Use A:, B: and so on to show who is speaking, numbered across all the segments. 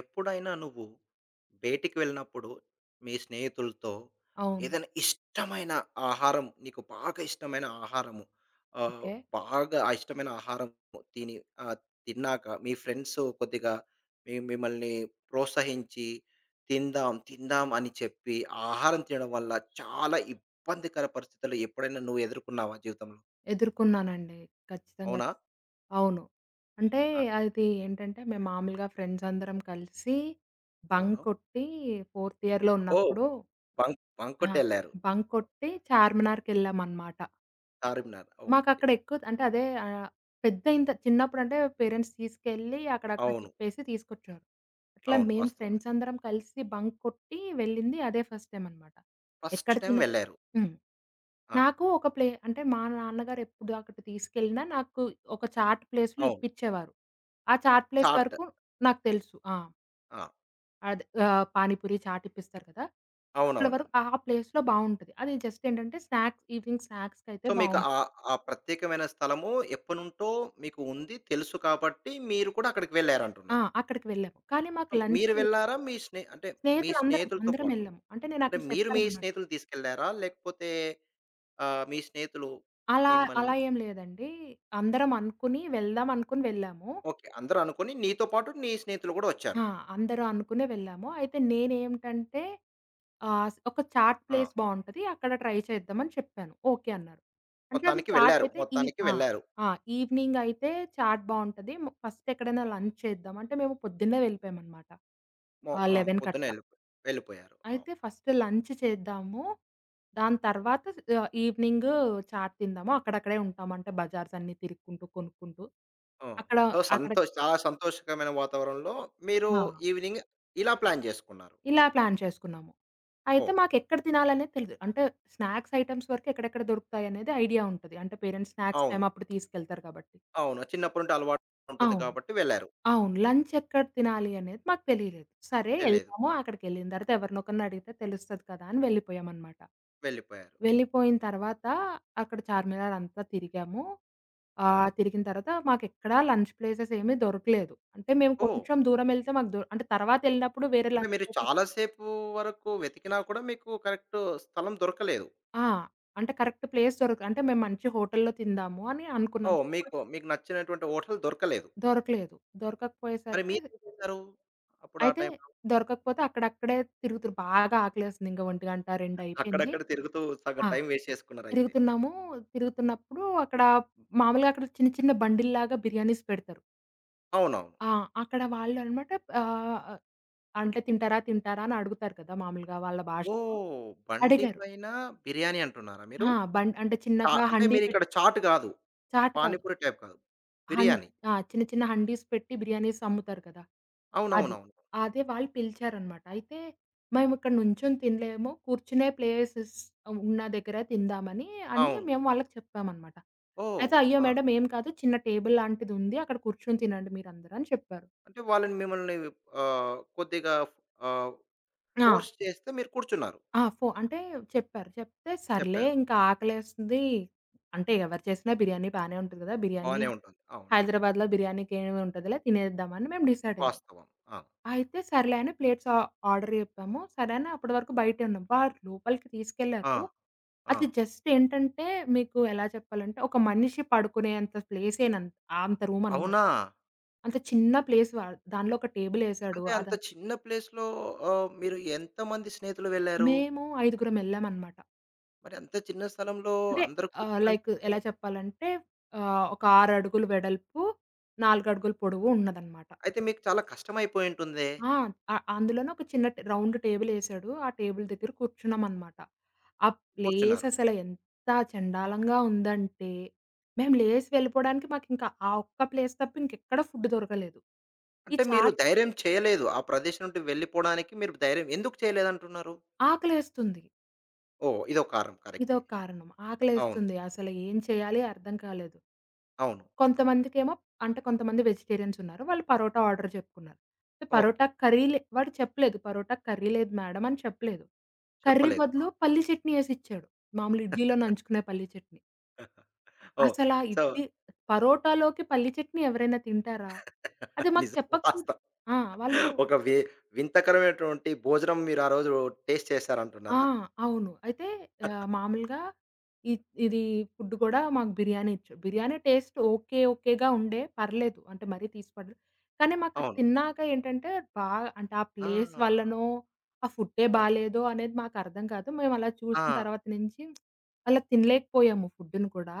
A: ఎప్పుడైనా నువ్వు బయటికి వెళ్ళినప్పుడు మీ స్నేహితులతో
B: అవును.
A: ఏదైనా ఇష్టమైన ఆహారం నీకు బాగా ఇష్టమైన ఆహారము ఆ,
B: ఓకే.
A: బాగా ఇష్టమైన ఆహారం తిని ఆ, తిన్నాక మీ ఫ్రెండ్స్ కొద్దిగా మిమ్మల్ని ప్రోత్సహించి తిందాం తిందాం అని చెప్పి ఆ ఆహారం తినడం వల్ల చాలా ఇబ్బందికర పరిస్థితులు ఎప్పుడైనా నువ్వు ఎదుర్కొన్నావా జీవితంలో?
B: ఎదుర్కొన్నానండి. ఖచ్చితంగా.
A: అవునా?
B: అవును. అంటే
A: ఆ, యా,
B: అది ఏంటంటే, మేము మామూలుగా ఫ్రెండ్స్ అందరం కలిసి బంక్
A: అవును.
B: కొట్టి ఫోర్త్ ఇయర్‌లో
A: ఓ,
B: ఉన్నప్పుడు
A: బంక్ బంక్
B: ఆ!
A: కొట్టి వెళ్ళారు.
B: బంక్ కొట్టి చార్మినార్‌కెళ్ళామనమాట.
A: చార్మినార్, ఓకే.
B: మాకక్కడ ఎక్కువ అంటే అదే పెద్ద ఇంత చిన్నప్పుడంటే పేరెంట్స్ తీసుకెళ్ళి అక్కడక్కడ
A: అవును.
B: తిప్పేసి తీసుకొచ్చేవారు. అట్లా
A: అవును,
B: మేము
A: వాస్తవమే.
B: ఫ్రెండ్స్ అందరం కలిసి బంక్ కొట్టి వెళ్ళింది అదే ఫస్ట్ టైమ్ అనమాట.
A: ఫస్ట్
B: ఎక్కడ
A: టైమ్
B: తిన
A: వెళ్లారు.
B: హ్మ్.
A: ఆ!
B: నాకు ఒక ప్లే అంటే మా నాన్నగారు ఎప్పుడు అక్కడికి తీసుకెళ్ళినా నాకు ఒక చాట్ ప్లేస్‌లో
A: అవును.
B: ఇప్పిచ్చేవారు. ఆ చాట్ ప్లేస్
A: చాట్.
B: వరకు నాకు తెలుసు. ఆ!
A: ఆ!
B: అదే పానీపూరి చాట్ ఇప్పిస్తారు కదా! అక్కడ వరకు
A: అవునవునండి.
B: ఆ ప్లేస్‌లో బావుంటది. అది జస్ట్ ఏంటంటే స్నాక్స్ ఈవినింగ్ స్నాక్స్‌కైతే
A: సో, మీకు
B: బావుంటది.
A: ఆ ప్రత్యేకమైన స్థలము ఎప్పటినుంటో మీకు ఉంది, తెలుసు కాబట్టి మీరు కూడా అక్కడికి
B: ఆ!
A: వెళ్లారంటున్నారు.
B: అక్కడికి వెళ్ళాము. కానీ మాకు
A: మీరు
B: లంచ్‌కి
A: వెళ్లారా? మీ స్నే అంటే మీ
B: స్నేహితులందరం
A: స్నేహితులతో పాటు.
B: వెళ్ళాము. అంటే నేను
A: అంటే
B: అక్కడ
A: మీరు మీ
B: చెప్పాననమాట.
A: స్నేహితులు తీసుకెళ్లారా? లేకపోతే మీ స్నేహితులు
B: అలా
A: మిమ్మల్ని?
B: అలా ఏం లేదండి. అందరం అనుకుని వెళ్దాం అనుకుని వెళ్ళాము.
A: ఓకే. అందరూ అనుకోని నీతో పాటు నీ స్నేహితులు కూడా వచ్చారు.
B: ఆ! అందరూ అనుకునే వెళ్ళాము. అయితే నేనేమిటంటే ఆహ్, స్ ఒక చాట్
A: ఆ!
B: ప్లేస్ బావుంటది. అక్కడ ట్రై చేద్దామని చెప్పాను. ఓకే అన్నారు. అంటే అది
A: మొత్తానికి
B: చాట్
A: వెళ్లారు.
B: అయితే
A: మొత్తానికి
B: ఆ!
A: వెళ్లారు.
B: ఆ! ఈవినింగ్ అయితే చాట్ బావుంటది. ఫస్ట్ ఎక్కడైనా లంచ్ చేద్దాం. అంటే మేము పొద్దున్నే వెళ్ళిపోయామనమాట. ఆ!
A: ఆ!
B: 11
A: పొద్దున్నే
B: కట్లా.
A: వెళ్ళిపోయారు. అవును.
B: అయితే ఫస్ట్ లంచ్ చేద్దాము. దాని తర్వాత ఈవినింగ్ చాట్ తిందాము. అక్కడక్కడే ఉంటాం. అంటే బజార్స్ అన్నీ తిరుక్కుంటూ, కొనుక్కుంటూ
A: ఆ!
B: అక్కడ
A: సో,
B: అక్కడ
A: చాలా సంతోషకరమైన వాతావరణంలో మీరు
B: ఆ!
A: ఈవినింగ్ ఇలా ప్లాన్ చేసుకున్నారు.
B: ఇలా ప్లాన్ చేసుకున్నాము. అయితే
A: ఓహ్!
B: మాకెక్కడ తినాలనేది తెలీదు. అంటే స్నాక్స్ ఐటెమ్స్ వరకు ఎక్కడెక్కడ దొరుకుతాయనేది ఐడియా ఉంటది. అంటే పేరెంట్స్ స్నాక్స్
A: అవును.
B: టైమ్ అప్పుడు తీసుకెళ్తారు కాబట్టి.
A: అవును, చిన్నప్పటి నుండి అలవాటు ఉంటుంది
B: అవును.
A: కాబట్టి వెళ్లారు.
B: అవును. లంచ్ ఎక్కడ తినాలి అనేది మాకు తెలియలేదు. సరే
A: తెలియదు.
B: ఎళ్దాము. అక్కడికెళ్ళిన తర్వాత ఎవరినొకరిని అడిగితే తెలుస్తది కదా! అని వెళ్ళిపోయామనమాట.
A: వెళ్ళిపోయారు.
B: వెళ్ళిపోయిన తర్వాత అక్కడ చార్మినార్ అంతా తిరిగాము.
A: అవును.
B: తిరిగిన తర్వాత మాకెక్కడా లంచ్ ప్లేసెస్ ఏమి దొరకలేదు. అంటే మేము
A: ఓహ్!
B: కొంచెం దూరం ఎళ్తే మాకు అంటే తర్వాతెళ్ళినప్పుడు వేరే
A: అంటే
B: లంచ్
A: మీరు
B: ప్లేసెస్
A: చాలా సేపు వరకు వెతికినా కూడా మీకు కరెక్ట్ స్థలం దొరకలేదు.
B: ఆ! అంటే కరెక్ట్ ప్లేస్ అంటే మేము మంచి హోటల్‌లో తిందాము అని అనుకున్నాం.
A: ఓహ్!
B: కానీ మాకు
A: మీకు మీకు నచ్చినటువంటి హోటల్ దొరకలేదు.
B: దొరకలేదు.
A: మరి
B: దొరకకపోయేసరికి
A: మీరేం చేశారు అప్పుడు, ఆ
B: అయితే
A: టైంలో?
B: దొరకకపోతే అక్కడక్కడే తిరుగుతురు బాగా ఆకలేసింది. ఇంక 1:00, 2 అయిపోయింది.
A: అక్కడక్కడ తిరుగుతూ సగం
B: ఆ!
A: టైం వేస్ట్ చేసుకున్నారయితే.
B: తిరుగుతున్నాము. తిరుగుతున్నప్పుడు అక్కడ మామూలుగా అక్కడ చిన్న చిన్న బండిల్లాగా బిర్యానీస్ పెడతారు.
A: అవునవును.
B: ఆ! అక్కడ వాళ్ళనమాట ఆహ్, అంటే తింటారా? తింటారా? అని అడుగుతారు కదా! మామూలుగా వాళ్ళ భాషలో.
A: ఓహ్! బండి
B: అడిగారు.
A: పైన బిర్యానీ అంటున్నారా మీరు?
B: ఆ! బండ్ అంటే చిన్నగా
A: అంటే
B: హండీ పెట్టి
A: మీరిక్కడ చాట్ కాదు.
B: చాట్ కాదు.
A: పానీపూరి టైప్ కాదు.
B: హన్
A: బిర్యానీ.
B: ఆ! చిన్న చిన్న హండీస్ పెట్టి బిర్యానీస్ అమ్ముతారు కదా! అది.
A: అవునవునవును.
B: అదే వాళ్ళు పిలిచారనమాట. అయితే మేమిక్కడ నుంచొని తినలేము. కూర్చునే ప్లేసెస్ ఉన్న దగ్గర తిందామని
A: అవును.
B: మేము వాళ్ళకి చెప్పామనమాట.
A: ఓహ్!
B: అయితే "అయ్యో!
A: ఆ!
B: మేడం ఏం కాదు. చిన్న టేబుల్ లాంటిదుంది. అక్కడ కూర్చొని తినండి మీరందరూ" అని చెప్పారు.
A: అంటే వాళ్ళని మిమ్మల్ని కొద్దిగా ఆహ్,
B: ఆ!
A: ఫోర్స్ చేస్తే మీరు కూర్చున్నారు.
B: ఆ! అంటే చెప్పారు. చెప్తే సర్లే
A: చెప్పారు.
B: ఇంకా ఆకలేస్తుంది. అంటే ఎవరు చేసినా బిర్యానీ బానే ఉంటది కదా! బిర్యానీ
A: బానే ఉంటుంది. అవును.
B: హైదరాబాద్‌లో బిర్యానీకేమి ఉంటదిలే తినేద్దామని మేము డిసైడయ్యాం.
A: వాస్తవం. ఆ!
B: అయితే సర్లే అని ప్లేట్స్ ఆర్డర్ చెప్పాము. సరే అని అప్పటి వరకు బయటే ఉన్నాం. వారు లోపలికి
A: ఆ!
B: తీసుకెళ్లారు.
A: ఆ!
B: అది జస్ట్ ఏంటంటే మీకు ఎలా చెప్పాలంటే ఒక మనిషి పడుకునేంత ప్లేసే‌నం అంత రూమనమాట.
A: అవునా?
B: అంత చిన్న ప్లేస్ దానిలో ఒక టేబుల్ ఏసాడు.
A: అంటే అంత చిన్న ప్లేస్‌లో మీరు ఎంతమంది స్నేహితులు వెళ్లారు?
B: మేము ఐదుగురం ఎళ్ళామనమాట.
A: మరి అంత చిన్న స్థలంలో
B: అంటే
A: అందరూ కూర్చొని
B: లైక్ ఎలా చెప్పాలంటే ఒక 6 అడుగులు వెడల్పు, 4 అడుగులు పొడవు ఉన్నదనమాట.
A: అయితే మీకు చాలా కష్టమైపోయుంటుందే?
B: ఆ! అందులోనే ఒక చిన్న రౌండ్ టేబులేసాడు. ఆ టేబుల్ దగ్గర కూర్చున్నామనమాట. ఆ ప్లేస్
A: కూర్చున్నారు.
B: అసల ఎంత చెండాలంగా ఉందంటే, మేము లేసి వెళ్ళిపోవడానికి మాకింక ఆ ఒక్క ప్లేస్ తప్ప ఇంకెక్కడ ఫుడ్ దొరకలేదు. ఈ
A: అంటే మీరు
B: చాట్
A: ధైర్యం చేయలేదు ఆ ప్రదేశం నుండి వెళ్ళిపోడానికి. మీరు ధైర్యం ఎందుకు చేయలేదంటున్నారు?
B: ఆకలేస్తుంది.
A: ఓహ్! ఇదో కారణం,
B: ఇదో
A: కరెక్టే.
B: కారణం.
A: అవును.
B: ఆకలేస్తుంది. అసలు ఏం చేయాలి అర్థం కాలేదు.
A: అవును.
B: కొంతమందికేమో అంటే కొంతమంది వెజిటేరియన్స్ ఉన్నారు. వాళ్ళు పరోటా ఆర్డర్ చెప్పుకున్నారు. అయితే
A: ఓకే.
B: పరోటా కర్రీ వాడు చెప్పలేదు. పరోటా కర్రీ లేదు మేడం అని చెప్పలేదు. కర్రీ
A: చెప్పలేదు.
B: బదులు పల్లి చట్నీ యేసిచ్చాడు. మామూలు ఇడ్లీలో నంచుకునే పల్లి చట్నీ.
A: ఓహ్!
B: అసలా
A: సో,
B: ఇడ్లీ పరోటాలోకి పల్లి చట్నీ ఎవరైనా తింటారా? అది మాకు
A: నిజం.
B: చెప్పకపో
A: వాస్తవం.
B: ఆ! వాళ్ళు
A: ఒక వి వింతకరమైనటువంటి భోజనం మీరు ఆ రోజు టేస్ట్
B: ఆ!
A: చేశారంటున్నారా?
B: అవును. అయితే మామూలుగా ఇ ఇది ఫుడ్ కూడా మాకు బిర్యానీ ఇచ్చాడు. Biryani taste okay. ఓకేగా ఉండే. పర్లేదు. అంటే మరీ తీసి పడలేదు. కానీ మాకది
A: అవును.
B: తిన్నాక ఏంటంటే బాగా అంటే ఆ
A: ఆ!
B: ప్లేస్ వల్లనో, ఆ ఫుడ్డే
A: అవును.
B: బాలేదో అనేది మాకర్థం కాదు. మేము అలా
A: ఆ!
B: చూసిన తర్వాత నుంచి అలా తినలేకపోయాము ఫుడ్‌ని కూడా.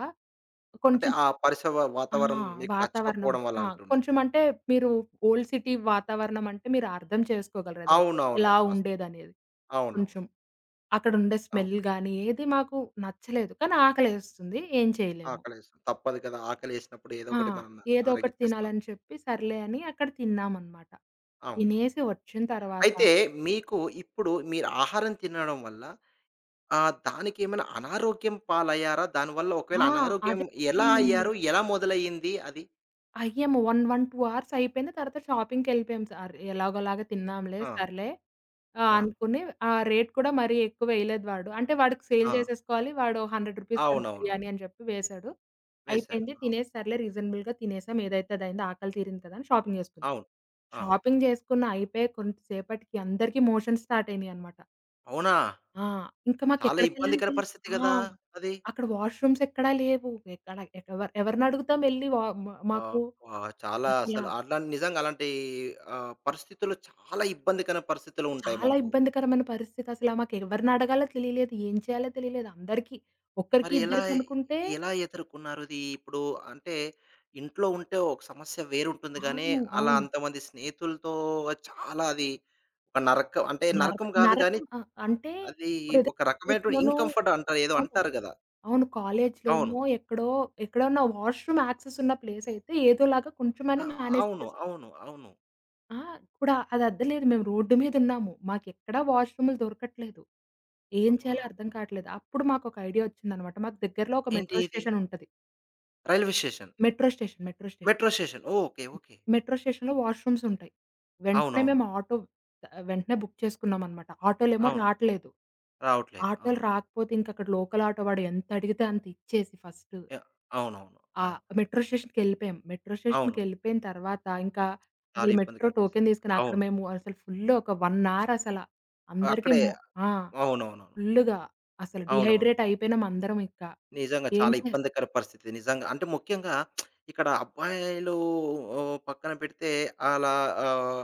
A: అంటే
B: కొంచెం
A: ఆ పరిసవ
B: ఆ!
A: వాతావరణం మీకు
B: వాతావరణం.
A: నచ్చకపోవడం వల్ల
B: ఆ!
A: అంటున్నారు.
B: కొంచెం అంటే మీరు ఓల్డ్ సిటీ వాతావరణం అంటే మీరు అర్థం చేసుకోగలరు అది
A: అవునవును.
B: ఎలా
A: వాస్తవం.
B: ఉండేదనేది.
A: అవునవును.
B: కొంచెం. అక్కడుండే
A: అవును.
B: స్మెల్ గానీ, ఏది మాకు నచ్చలేదు. కానీ ఆకలేస్తుంది. ఏం చేయలేము.
A: ఆకలేస్తుంది. తప్పదు కదా! ఆకలేసినప్పుడు ఏదో
B: ఆ!
A: ఒకటి మనం
B: ఏదో ఒకటి
A: అరగించేస్తాం.
B: తినాలని చెప్పి సర్లే అని అక్కడ తిన్నామనమాట.
A: అవునవును.
B: తినేసి వచ్చిన తర్వాత
A: అయితే మీకు ఇప్పుడు మీరు ఆహారం తినడం వల్ల దానికేమైనా అనారోగ్యం పాలయ్యారా? దానివల్ల ఒకవేళ
B: ఆ!
A: అనారోగ్యం
B: అదే
A: ఎలా
B: అయ్యామండి.
A: అయ్యారు? ఎలా మొదలయ్యింది అది?
B: అయ్యాము. 1, 1, 2 అవర్స్ అయిపోయింది. తర్వాత షాపింగ్‌కెళ్ళిపోయాం. ఎలాగోలాగా తిన్నాంలే
A: ఆ!
B: సర్లే ఆ!
A: ఆ!
B: అనుకుని ఆ రేట్ కూడా మరీ ఎక్కువ వేయలేదు వాడు. అంటే వాడికి సేల్
A: ఆ!
B: చేసేసుకోవాలి. వాడు రూ. 100 పర్
A: అవునవును.
B: బిర్యానీ అని చెప్పి వేశాడు.
A: వేశాడు.
B: అయిపోయింది.
A: ఆ!
B: తినేసి సర్లే రీజనబుల్‌గా తినేసాం. ఏదైతే అదయింది. ఆకలి తీరింది కదా! అని షాపింగ్ చేసుకున్నాం.
A: అవును. ఆ!
B: షాపింగ్ చేసుకున్న అయిపోయి కొంతసేపటికి అందరికీ మోషన్స్ స్టార్ట్ అయినాయన్నమాట.
A: అవునా?
B: ఆ! ఇంకా
A: చాలా
B: మాకెక్కడికెళ్ళాలి
A: ఇబ్బందికర
B: తెలీదు.
A: పరిస్థితి
B: ఆ!
A: గదా! అది.
B: అక్కడ వాష్‌రూమ్స్ ఎక్కడా లేవు. ఎక్కడ ఎవరు ఎవరినడుగుతాం ఎళ్లి వా మ మాకు
A: అబ్బా! చాలా
B: అసల
A: అసలు అట్లాంటి, నిజంగా అలాంటి పరిస్థితులు, చాలా ఇబ్బందికర పరిస్థితులు ఉంటాయి
B: చాలా
A: మనకు.
B: ఇబ్బందికరమైన పరిస్థితి అసల. మాకెవరినడగాలో తెలియలేదు. ఏం చేయాలో తెలియలేదు. అందరికీ ఒక్కరికి
A: మరి ఎలా,
B: ఇద్దరికి అనుకుంటే
A: ఎదుర్కున్నారు ఇది ఇప్పుడు? అంటే ఇంట్లో ఉంటే ఒక సమస్య వేరుంటుంది గానీ,
B: అవును.
A: అలా
B: అవును.
A: అంతమంది స్నేహితులతో చాలా అది ఒక నరకం, అంటే నరకం కాదు గానీ,
B: నరకం ఆ! అంటే
A: అది
B: ఇప్పుడేదో
A: ఒక రకమైనటువంటి
B: కాలేజ్‌లోనో
A: ఇన్‌కంఫర్ట్ అంటారు, ఏదో
B: అవును.
A: అంటారు గదా!
B: అవును.
A: అవును.
B: కాలేజ్‌లోనో ఎక్కడో ఎక్కడన్నా వాష్‌రూమ్ యాక్సెస్ ఉన్న ప్లేస్ అయితే ఏదోలాగా
A: ఆ!
B: కొంచెమైనా మేనేజ్
A: అవును.
B: చేసుకో
A: అవును. అవును.
B: ఆ! కూడా అది అద్దలేదు. మేము రోడ్డు మీదున్నాము. మాకెక్కడా వాష్‌రూములు దొరకట్లేదు. ఏం
A: అవును.
B: చేయాలో అర్థం
A: అవునవును.
B: కావట్లేదు. అప్పుడు మాకొక ఐడియా వచ్చిందనమాట. మాకు దగ్గరలో ఒక
A: ఏంటి
B: మెట్రో
A: ఇది?
B: స్టేషన్ ఉంటది.
A: Railway station,
B: metro station, metro station.
A: Metro station? ఓ, ఓకే. ఓకే.
B: మెట్రో స్టేషన్‌లో వాష్‌రూమ్స్ ఉంటాయి. వెంటనే
A: అవునవును.
B: మేము ఆటో వెంటనే బుక్ చేసుకున్నామనమాట. ఆటోలేమో
A: అవును.
B: రాట్లేదు.
A: రావట్లేదు. ఆ!
B: ఆటోలు రాకపోతే ఇంక అక్కడ లోకల్ ఆటో వాడు ఎంత అడిగితే అంత ఇచ్చేసి ఫస్ట్
A: యాహ్! అవునవును.
B: ఆ
A: ఆ!
B: మెట్రో స్టేషన్‌కెళ్ళిపోయాం. మెట్రో
A: అవును.
B: స్టేషన్‌కెళ్ళిపోయిన తర్వాత ఇంకా
A: చాలా
B: అసలు మెట్రో
A: ఇబ్బందికర పరిస్థితి.
B: టోకెన్ తీసుకొని అక్కడ
A: అవును.
B: మేము అసలు ఫుల్ ఒక 1 అవర్ అసల అందరికీ
A: అక్కడే.
B: ఆ!
A: అవునవునవును.
B: ఫుల్లుగా అసలు
A: అవునవును.
B: డీహైడ్రేట్ అయిపోయినాం అందరం ఇంకా.
A: నిజంగా
B: ఏం
A: చాలా
B: చే
A: ఇబ్బందికర పరిస్థితి. నిజంగా. అంటే ముఖ్యంగా ఇక్కడ అబ్బాయిలు ఓహ్, పక్కన పెడితే అలా ఆహ్,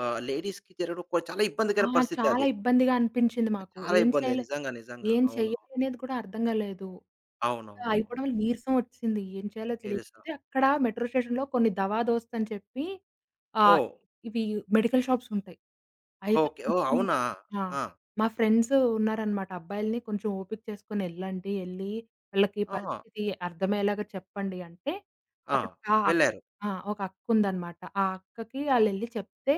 A: ఆహ్, లేడీస్‌కి జరగడం చాలా
B: ఆ!
A: ఇబ్బందికర పరిస్థితి
B: చాలా
A: అది.
B: ఇబ్బందిగా అనిపించింది మాకు.
A: చాలా
B: ఏం
A: ఇబ్బంది.
B: చేయాలి
A: నిజంగా. నిజంగా.
B: ఏం
A: అవును.
B: చెయ్యాలనేది కూడా అర్థం కాలేదు. ఆ! అయిపోవడం
A: అవునవునవును.
B: వల్ల నీరసం వచ్చింది. ఏం చేయాలో
A: ఏరుస
B: తెలియకపోతే అక్కడ మెట్రో స్టేషన్‌లో కొన్ని దవా దోస్త్ అని చెప్పి ఆహ్,
A: ఓహ్!
B: ఇవి మెడికల్ షాప్స్ ఉంటాయి. అయితే
A: ఓకే. ఓహ్!
B: కొంచెం
A: అవునా?
B: ఆ!
A: ఆ!
B: మా ఫ్రెండ్స్ ఉన్నారనమాట. అబ్బాయిలని కొంచెం ఓపిక చేసుకొని ఎళ్ళండి. ఎళ్లి వాళ్ళకి
A: ఆహా!
B: పరిస్థితి అర్థమయ్యేలాగా చెప్పండి అంటే
A: ఆ!
B: అక్కడ ఒక
A: వెళ్లారు.
B: ఆ! ఒక అక్క ఉందనమాట. ఆ అక్కకి ఆళ్ళెళ్లి చెప్తే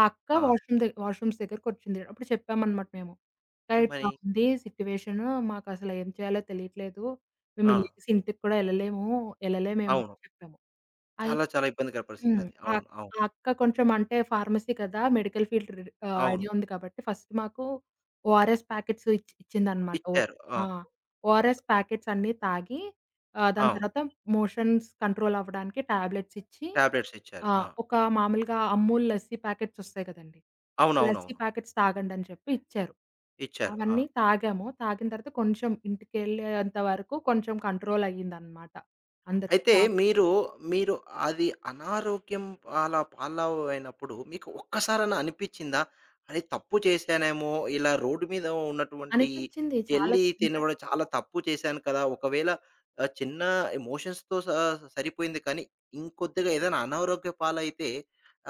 B: ఆ అక్క
A: ఆ!
B: వాష్‌రూమ్స్ దగ్గరకొచ్చింది. అప్పుడు చెప్పామనమాట మేము. "అక్క ఇట్లా
A: ఏమని?
B: ఉంది సిట్యుయేషను. మాకసలు ఏం చేయాలో తెలియట్లేదు. మేము
A: ఆ!
B: ఇల్లేసి ఇంటికి కూడా ఎళ్ళలేము. ఎళ్ళలేమేమో"
A: అవును.
B: చెప్పాము. అయి
A: చాలా చాలా ఇబ్బందికర పరిస్థితి
B: హ్మ్.
A: అది.
B: ఆ
A: అవును. అవును.
B: ఆ అక్క కొంచెం అంటే ఫార్మసీ కదా! మెడికల్ ఫీల్డ్
A: అవును.
B: ఐడియా ఉంది కాబట్టి ఫస్ట్ మాకు ఓఆర్ఎస్ ప్యాకెట్స్ ఇచ్చిందనమాట.
A: ఇచ్చారు. ఆ!
B: ఆ! ఓఆర్ఎస్
A: స-
B: ప్యాకెట్స్ అన్నీ తాగి దాని
A: అవును.
B: తర్వాత మోషన్స్ కంట్రోల్ అవ్వడానికి టాబ్లెట్స్ ఇచ్చి
A: టాబ్లెట్స్ ఇచ్చారు.
B: ఆ!
A: ఆ!
B: ఒక మామూలుగా అమూల్ లస్సీ ప్యాకెట్స్ ఒస్తాయి కదండీ! లస్సీ
A: అవునవునవును.
B: ప్యాకెట్స్ తాగండని చెప్పి ఇచ్చారు.
A: ఇచ్చారు. ఆ!
B: అవన్నీ తాగాము. తాగిన తర్వాత కొంచెం ఇంటికెళ్ళేంత వరకు కొంచెం కంట్రోల్ అయ్యిందనమాట. అందరికి
A: అయితే
B: చాలా
A: మీరు, మీరు అది అనారోగ్యం పాలవైనప్పుడు మీకు ఒక్కసారన్నా అనిపిచ్చిందా? అరే! తప్పు చేశానేమో! ఇలా రోడ్డు మీద ఉన్నటువంటి
B: అనిపించింది. చాలా
A: ఎల్లి
B: ఎంత
A: తినడం చాలా తప్పు చేశాను కదా! ఒకవేళ చిన్న ఎమోషన్స్‌తో సరిపోయింది కానీ, ఇంకొద్దిగా ఏదైనా అనారోగ్య పాలైతే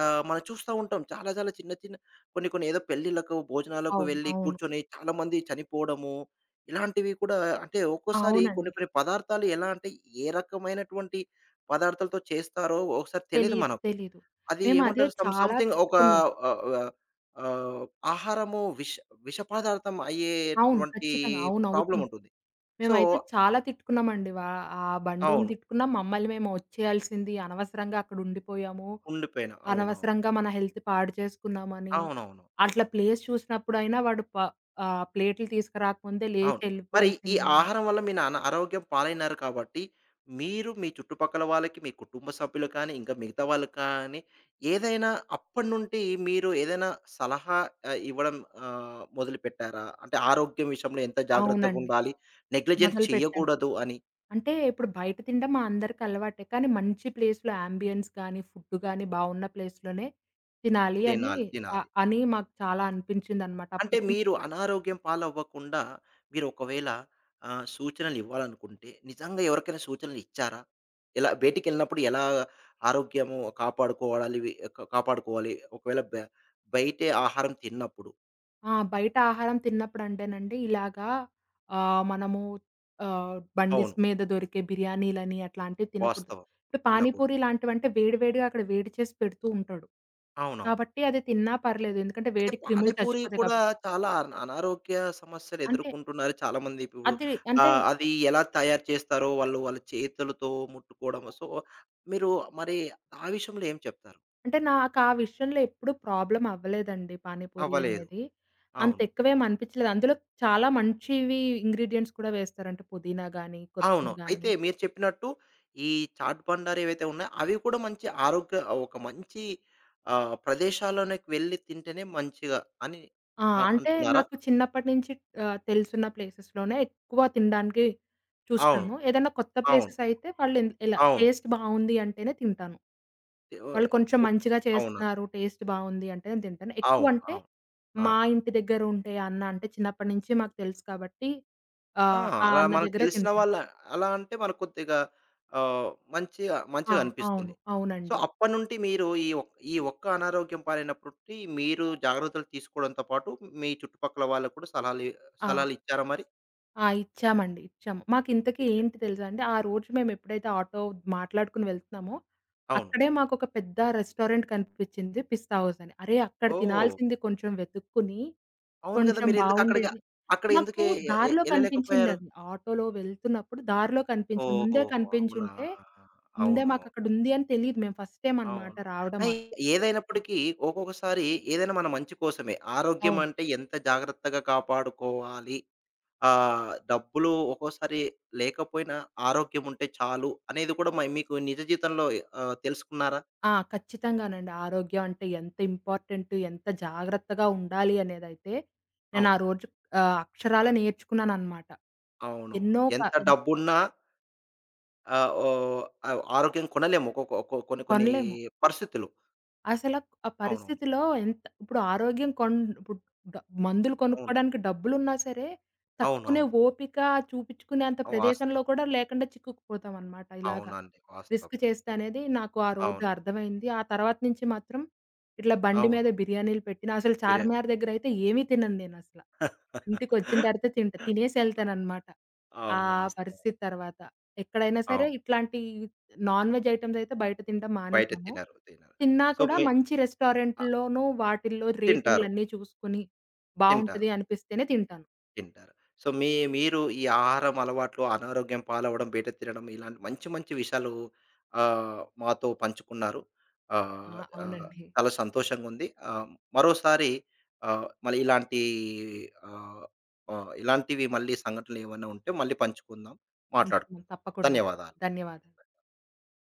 A: మనం చూస్తా ఉంటాం. చాలా చాలా చిన్న చిన్న కొన్ని కొన్ని ఏదో పెళ్ళిళ్ళకు, భోజనాలకు
B: అవును.
A: వెళ్లి
B: అవును.
A: కూర్చొని చాలామంది చనిపోవడము ఇలాంటివి కూడా. అంటే ఒక్కోసారి కొన్ని
B: అవునండి.
A: కొన్ని పదార్థాలు ఎలా అంటే ఏ రకమైనటువంటి పదార్థాలతో చేస్తారో ఒకసారి తెలియదు
B: తెలీదు.
A: మనకు.
B: తెలీదు.
A: అది
B: మేము అదే
A: ఏమంటారు సమ్
B: చాలా
A: సంథింగ్ ఒక
B: తిట్టుకున్నాం.
A: ఆహ్, ఆహ్, ఆహ్, ఆహారము విష విష పదార్థం
B: అవును.
A: అయ్యేటువంటి
B: ఖచ్చితంగా. అవును.
A: ప్రాబ్లమ్
B: అవుతుంది.
A: ఉంటుంది. సో,
B: మేమైతే చాలా తిట్టుకున్నామండి. ఆ బండోడిని
A: అవును.
B: తిట్టుకున్నాం. మమ్మల్ని మేము వచ్చేయాల్సింది అనవసరంగా అక్కడ ఉండిపోయాము.
A: ఉండిపోయిన. అవునవును.
B: అనవసరంగా మన హెల్త్ పాడు చేసుకున్నామని,
A: అవునవును.
B: అట్లా ప్లేస్ చూసినప్పుడైనా వాడు ప్లేట్లు తీసుకురాకముందే
A: అవును.
B: లేచి
A: మరి ఈ
B: ఎళ్ళిపోవాల్సింది.
A: ఆహారం వల్ల మీ నాన్న అనారోగ్యం పాలైనారు కాబట్టి, మీరు మీ చుట్టుపక్కల వాళ్ళకి, మీ కుటుంబ సభ్యులు కానీ, ఇంకా మిగతా వాళ్ళు కానీ, ఏదైనా అప్పటి నుండి మీరు ఏదైనా సలహా ఇవ్వడం మొదలుపెట్టారా? అంటే ఆరోగ్యం విషయంలో ఎంత
B: అవునండి.
A: జాగ్రత్తగుండాలి, నెగ్లిజెన్స్
B: మొదలుపెట్టాను.
A: చేయకూడదు అని.
B: అంటే ఇప్పుడు బయట తినడం మా అందరికి అలవాటే. కానీ మంచి ప్లేస్‌లో యాంబియన్స్ గానీ, ఫుడ్ గానీ బావున్న ప్లేస్‌లోనే తినాలి అని
A: తినాలి, తినాలి.
B: అని మాకు చాలా అనిపించిందనమాట.
A: అంటే
B: అప్పటి నుంచి
A: మీరు అనారోగ్యం పాలవ్వకుండా మీరు ఒకవేళ సూచనలు ఇవ్వాలనుకుంటే నిజంగా ఎవరికైనా సూచనలు ఇచ్చారా? ఎలా బయటికెళ్ళినప్పుడు ఎలా ఆరోగ్యము కాపాడుకోవాలి వి క కాపాడుకోవాలి? ఒకవేళ బయటే ఆహారం తిన్నప్పుడు.
B: ఆ! బయట ఆహారం తిన్నప్పుడంటేనండి ఇలాగా మనము బండిస్
A: అవును.
B: మీద దొరికే బిర్యానీలని అట్లాంటివి తినకూడదు.
A: వాస్తవం.
B: ఇప్పుడు
A: తినకూడదు.
B: పానీపూరి లాంటివంటే వేడి వేడిగా అక్కడ వేడి చేసి పెడుతూ ఉంటాడు.
A: అవునవును.
B: కాబట్టి అది తిన్నా పర్లేదు. ఎందుకంటే
A: అయితే
B: వేడికి క్రిములు
A: పానీపూరి
B: చచ్చిపోతాయి
A: కూడా
B: కాబట్టి.
A: చాలా అనారోగ్య సమస్యలు
B: అంటే
A: ఎదుర్కొంటున్నారు చాలామంది ఇప్పుడు.
B: అది అంటే
A: ఆహ్, అది ఎలా తయారు చేస్తారో, వాళ్ళు వాళ్ళ చేతులతో ముట్టుకోవడం. సో, మీరు మరి ఆ విషయంలో ఏం చెప్తారు?
B: అంటే నాకు ఆ విషయంలో ఎప్పుడూ ప్రాబ్లమ్ అవ్వలేదండి పానీపూరి
A: అవ్వలేదు.
B: అనేది. అంత
A: అవును.
B: ఎక్కువేం అనిపిచ్చలేదు. అందులో చాలా మంచివి ఇంగ్రీడియెంట్స్ కూడా వేస్తారు. అంటే పుదీనా గాని,
A: అవును.
B: కొత్తిమీర
A: అయితే
B: గాని.
A: మీరు చెప్పినట్టు ఈ చాట్ బండాలు ఏవైతే ఉన్నాయో, అవి కూడా మంచి ఆరోగ్య ఒక మంచి ప్రదేశాల్లోకి వెళ్లి తింటేనే మంచిగా అని
B: ఆ! అంటే
A: అంటున్నారా?
B: నాకు చిన్నప్పటి నుంచి తెలుసున్న ప్లేసెస్‌లోనే ఎక్కువ తినడానికి
A: అవును.
B: చూస్తాను. ఏదైనా కొత్త
A: అవును.
B: ప్లేసెస్ అయితే వాళ్ళు ఎలా
A: అవును.
B: టేస్ట్ బావుంది అంటేనే తింటాను. వాళ్ళు కొంచెం
A: ఓహ్!
B: మంచిగా
A: అవునా?
B: చేస్తున్నారు, టేస్ట్ బావుంది అంటేనే తింటాను.
A: అవును.
B: ఎక్కువంటే
A: అవును.
B: మా
A: అవును.
B: ఇంటి దగ్గర ఉండే అన్న అంటే చిన్నప్పటి నుంచి మాకు తెలుసు కాబట్టి
A: ఆ!
B: ఆ
A: అలా
B: అన్న
A: మనకు
B: దగ్గరే
A: తెలిసిన
B: తింటాను.
A: వాళ్ళ, అలా అంటే మనకు కొద్దిగా ఆహ్, మంచిగా,
B: ఆ!
A: మంచిగా అనిపిస్తుంది.
B: అవును.
A: సో,
B: అవునండి.
A: అవును. అప్పటినుండి మీరు ఈ ఒక్క అనారోగ్యం పాలైనప్పటి మీరు జాగ్రత్తలు తీసుకోవడంతో పాటు మీ చుట్టుపక్కల వాళ్ళకి కూడా సలహాలు,
B: ఆ!
A: ఇచ్చారా మరి?
B: ఆ! ఇచ్చామండి. ఇచ్చాము. మాకింతకీ
A: ఇచ్చారు.
B: ఏంటి తెలుసా అండి, ఆ రోజు మేమెప్పుడైతే ఆటో మాట్లాడుకొని వెళ్తున్నామో,
A: అవును.
B: అక్కడే మాకొక పెద్ద రెస్టారెంట్ కనిపిచ్చింది 'పిస్తా హౌస్' అని. అరే! అక్కడ
A: ఓహ్!
B: తినాల్సింది కొంచెం వెతుక్కుని,
A: అవును కదా!
B: కొంచెం
A: మీరెందుకు అక్కడికి,
B: బావుండేది.
A: అక్కడ ఎందుకు
B: మాకు
A: ఎ ఎ
B: దారిలో
A: ఎళ్ళలేకపోయారు?
B: కనిపించిందది. ఆటోలో వెళ్తున్నప్పుడు దారిలో కనిపించింది. ముందే
A: ఓహోహో! అవునా!
B: కనిపించుంటే, ముందే
A: అవునవును.
B: మాకక్కడుంది అని తెలీదు. మేము ఫస్ట్ టైమ్ అనమాట
A: అవును.
B: రావడం
A: అయి, ఏదైనప్పటికీ ఒక్కొక్కసారి ఏదైనా మన మంచి కోసమే. ఆరోగ్యం
B: అవును.
A: అంటే ఎంత జాగ్రత్తగా కాపాడుకోవాలి, డబ్బులు ఒక్కోసారి లేకపోయినా ఆరోగ్యం ఉంటే చాలు అనేది కూడా మీకు నిజ జీవితంలో తెలుసుకున్నారా?
B: ఆ! ఖచ్చితంగానండి. ఆరోగ్యం అంటే ఎంత ఇంపార్టెంట్, ఎంత జాగ్రత్తగా ఉండాలి అనేదైతే నేను ఆ
A: అవును.
B: రోజు అక్షరాల నేర్చుకున్నాననమాట.
A: అవునవును.
B: ఎన్నో
A: ఎంత డబ్బున్నా ఆహ్, ఓహ్, ఆరోగ్యం కొనలేము. ఒక్కో కొన్ని కొన్ని
B: కొనలేము.
A: పరిస్థితులు.
B: అసల ఆ
A: అవునవును.
B: పరిస్థితిలో ఎంత ఇప్పుడు ఆరోగ్యం ఇప్పుడు డ మందులు
A: అవును.
B: కొనుక్కోవడానికి డబ్బులున్నా సరే, తట్టుకునే
A: అవునవును.
B: ఓపిక చూపించుకునేంత ప్రదేశంలో
A: వాస్తవం.
B: కూడా లేకుండా చిక్కుకుపోతామనమాట ఇలాగా.
A: అవునండి. వాస్తవం.
B: రిస్క్ చేస్తే అనేది నాకు ఆ రోజు
A: అవును.
B: అర్థమైంది. ఆ తర్వాత నుంచి మాత్రం ఇట్లా బండి మీద
A: అవును.
B: బిర్యానీలు పెట్టినా అసలు
A: మీరే
B: చార్మినార్ దగ్గరయితే ఏమీ తినను నేనసల. ఇంటికొచ్చిన తర్వాత తింటా. తినేసి ఎళ్తాననమాట. ఆ
A: అవును. వాస్తవం.
B: పరిస్థితి తర్వాత. ఎక్కడైనా సరే
A: అవును.
B: ఇట్లాంటి నాన్ వెజ్ ఐటెమ్స్ అయితే బయట తినడం
A: బయట
B: మానేసాను.
A: తినరు. తినరు.
B: తిన్నా
A: సో,
B: కూడా
A: మీ
B: మంచి
A: ఆహ్,
B: రెస్టారెంట్‌లోనూ వాటిల్లో
A: తింటారు.
B: రేటింగ్‌లన్నీ చూసుకొని
A: తింటారు.
B: బావుంటది అనిపిస్తేనే తింటాను.
A: తింటారు. సో, మీరు ఈ ఆహారం అలవాట్లు, అనారోగ్యం పాలవ్వడం, బయట తినడం ఇలాంటి మంచి మంచి విషయాలు మాతో పంచుకున్నారు.
B: ఆ!
A: ఆహ్, ఆహ్,
B: అవునండి.
A: చాలా సంతోషంగుంది. మరోసారి, మళ్ళీ ఇలాంటి ఆహ్, ఆహ్, ఇలాంటివి, మళ్ళీ సంఘటనలేమన్నా ఉంటే మళ్ళీ పంచుకుందాం,
B: పంచుకున్నాం
A: మాట్లాడుకుందాం.
B: తప్పకుండా అండి.
A: ధన్యవాదాలు.
B: ధన్యవాదాలు.